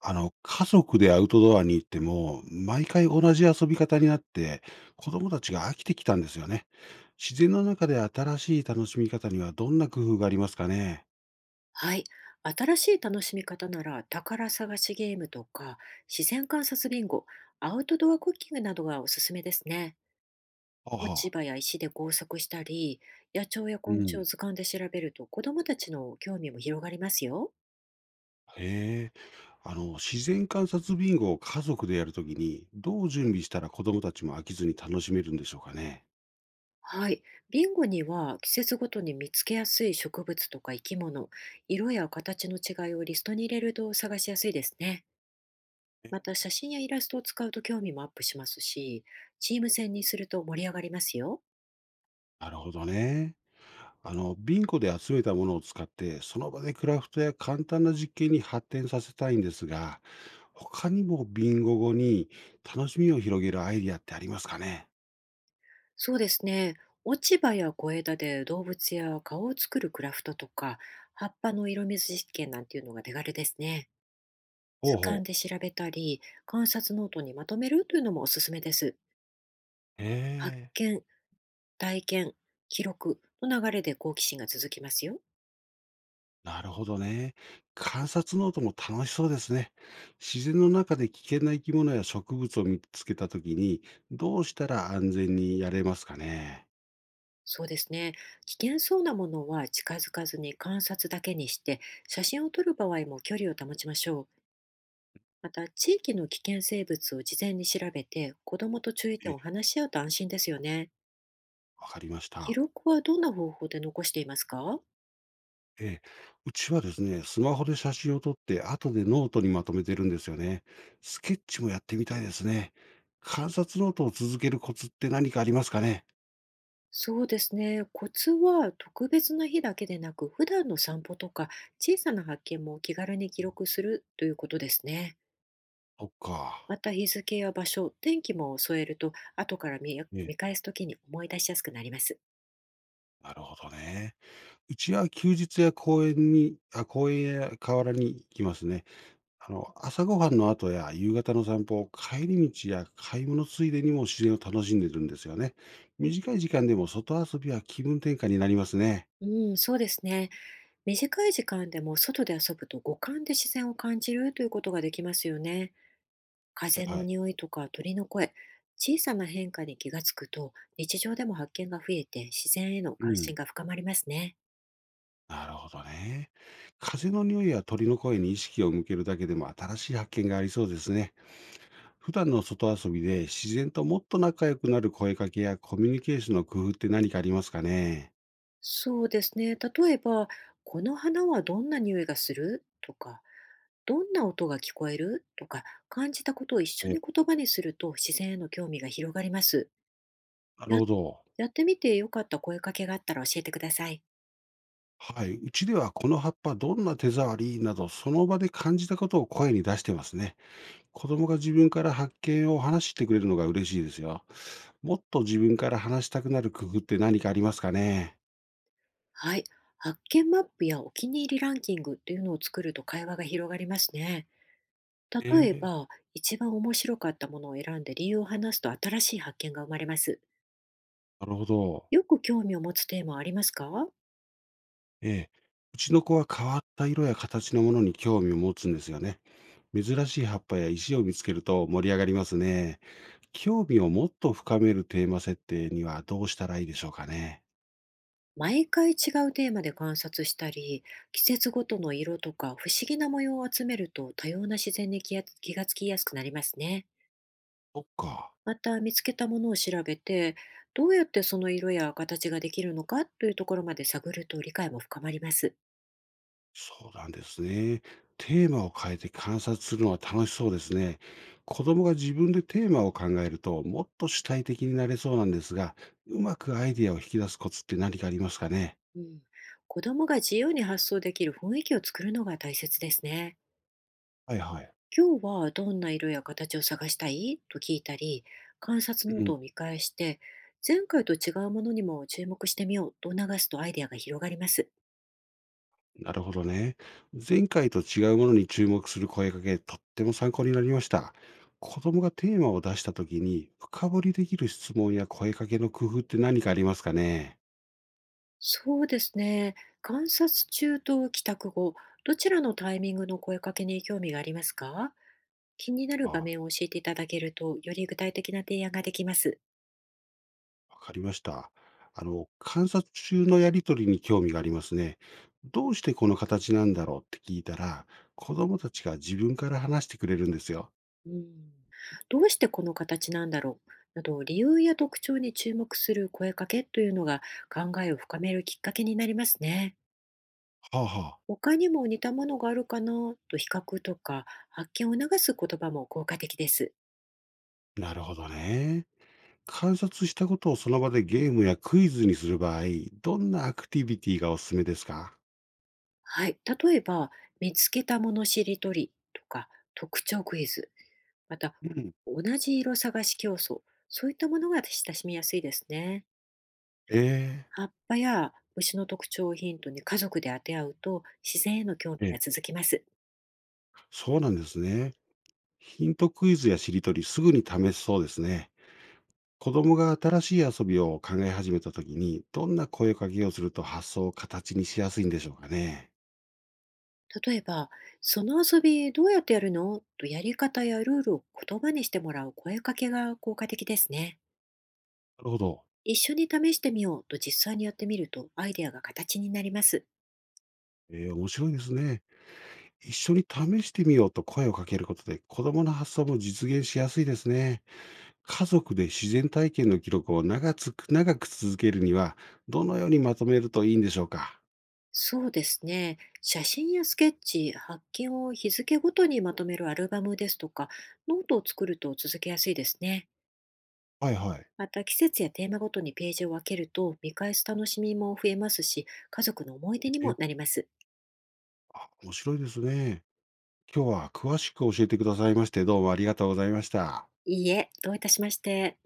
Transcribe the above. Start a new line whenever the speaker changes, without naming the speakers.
家族でアウトドアに行っても、毎回同じ遊び方になって、子供たちが飽きてきたんですよね。自然の中で新しい楽しみ方にはどんな工夫がありますかね？
はい。新しい楽しみ方なら、宝探しゲームとか、自然観察ビンゴ、アウトドアクッキングなどがおすすめですね。
あ
落ち
は。
葉や石で工作したり、野鳥や
う
昆虫を
ん。
図鑑で調べると、子どもたちの興味も広がりますよ。
へえ。自然観察ビンゴを家族でやるときに、どう準備したら子供たちも飽きずに楽しめるんでしょうかね？
はい。ビンゴには、季節ごとに見つけやすい植物とか生き物、色や形の違いをリストに入れると探しやすいですね。また、写真やイラストを使うと興味もアップしますし、チーム戦にすると盛り上がりますよ。
なるほどね。ビンゴで集めたものを使って、その場でクラフトや簡単な実験に発展させたいんですが、他にもビンゴ後に楽しみを広げるアイディアってありますかね？
そうですね。落ち葉や小枝で動物や顔を作るクラフトとか、葉っぱの色水実験なんていうのが手軽ですね。
ほう
図鑑
ほ
で
う。
調べたり、観察ノートにまとめるというのもおすすめです。
へ
発
え。
見、体験、記録の流れで好奇心が続きますよ。
なるほどね。観察ノートも楽しそうですね。自然の中で危険な生き物や植物を見つけたときに、どうしたら安全にやれますかね？
そうですね。危険そうなものは近づかずに観察だけにして、写真を撮る場合も距離を保ちましょう。また、地域の危険生物を事前に調べて、子どもと注意
え
点
え。
を話し合うと安心ですよね。
わかりまし
記
た。
録はどんな方法で残していますか？
ええ、うちはですね、スマホで写真を撮って、後でノートにまとめてるんですよね。スケッチもやってみたいですね。観察ノートを続けるコツって何かありますかね？
そうですね。コツは特別な日だけでなく、普段の散歩とか、小さな発見も気軽に記録するということですね。
そっか。
また、日付や場所、天気も添えると、後から
ええ、
見返すときに思い出しやすくなります。
なるほどね。うちは休日や公園に公園や河原に行きますね。朝ごはんの後や夕方の散歩、帰り道や買い物ついでにも自然を楽しんでるんですよね。短い時間でも外遊びは気分転換になりますね。
うん、そうですね。短い時間でも外で遊ぶと、五感で自然を感じるということができますよね。
は
風
い
の
はい。
匂いとか鳥の声、小さな変化に気がつくと、日常でも発見が増えて、自然への
う
関
ん。
心が深まりますね。
なるほどね。風の匂いや鳥の声に意識を向けるだけでも新しい発見がありそうですね。普段の外遊びで自然ともっと仲良くなる声かけやコミュニケーションの工夫って何かありますかね？
そうですね。例えば、この花はどんな匂いがするとか、どんな音が聞こえるとか、感じたことを一緒
え
に
え。
言葉にすると、自然への興味が広がります。
なる
や
ほど。
やってみてよかった声かけがあったら教えてください。
はい。うちではこの葉っぱどんな手触りなど、その場で感じたことを声に出してますね。子供が自分から発見を話してくれるのが嬉しいですよ。もっと自分から話したくなる工夫って何かありますかね？
はい。発見マップやお気に入りランキングというのを作ると、会話が広がりますね。例え
ええ。
ば、一番面白かったものを選んで理由を話すと、新しい発見が生まれます。
なるほど。
よく興味を持つテーマはありますか？
ええ、うちの子は変わった色や形のものに興味を持つんですよね。珍しい葉っぱや石を見つけると盛り上がりますね。興味をもっと深めるテーマ設定にはどうしたらいいでしょうかね。
毎回違うテーマで観察したり、季節ごとの色とか不思議な模様を集めると、多様な自然に気がつきやすくなりますね。
そっか。
また、見つけたものを調べて、どうやってその色や形ができるのかというところまで探ると、理解も深まります。
そうなんですね。テーマを変えて観察するのは楽しそうですね。子供が自分でテーマを考えると、もっと主体的になれそうなんですが、うまくアイディアを引き出すコツって何かありますかね？
うん、子供が自由に発想できる雰囲気を作るのが大切ですね。
はいはい。
今日はどんな色や形を探したいと聞いたり、観察
う
ノー
ん、
トを見返して、前回と違うものにも注目してみようと促すと、アイデアが広がります。
なるほどね。前回と違うものに注目する声かけ、とっても参考になりました。子供がテーマを出したときに、深掘りできる質問や声かけの工夫って何かありますかね？
そうですね。観察中と帰宅後、どちらのタイミングの声かけに興味がありますか？気になる場
ああ、
面を教えていただけると、より具体的な提案ができます。
わかりました。観察中のやりとりに興味がありますね。どうしてこの形なんだろうって聞いたら、子供たちが自分から話してくれるんですよ。
うん。どうしてこの形なんだろうなど、理由や特徴に注目する声かけというのが、考えを深めるきっかけになりますね。
はあは
他にも似たものがあるかなと、比較とか発見を促す言葉も効果的です。
あ、なるほどね。観察したことをその場でゲームやクイズにする場合、どんなアクティビティがおすすめですか？
はい、例えば、見つけたものしりとりとか、特徴クイズ、また
うん。
同じ色探し競争、そういったものが親しみやすいですね。
ええ。
葉っぱや虫の特徴をヒントに家族で当て合うと、自然への興
え
味が
え、
続きます。
そうなんですね。ヒントクイズやしりとり、すぐに試せそうですね。子供が新しい遊びを考え始めたときに、どんな声かけをすると発想を形にしやすいんでしょうかね。
例えば、その遊びどうやってやるのと、やり方やルールを言葉にしてもらう声かけが効果的ですね。
なるほど。
一緒に試してみようと実際にやってみると、アイデアが形になります。
面白いですね。一緒に試してみようと声をかけることで、子供の発想も実現しやすいですね。家族で自然体験の記録を長く続けるには、どのようにまとめるといいんでしょうか。
そうですね。写真やスケッチ、発見を日付ごとにまとめるアルバムですとか、ノートを作ると続けやすいですね。
はいはい。
また、季節やテーマごとにページを分けると、見返す楽しみも増えますし、家族の思い出にもな
え
ります。
あ、面白いですね。今日は詳しく教えてくださいまして、どうもありがとうございました。
いいえ、どういたしまして。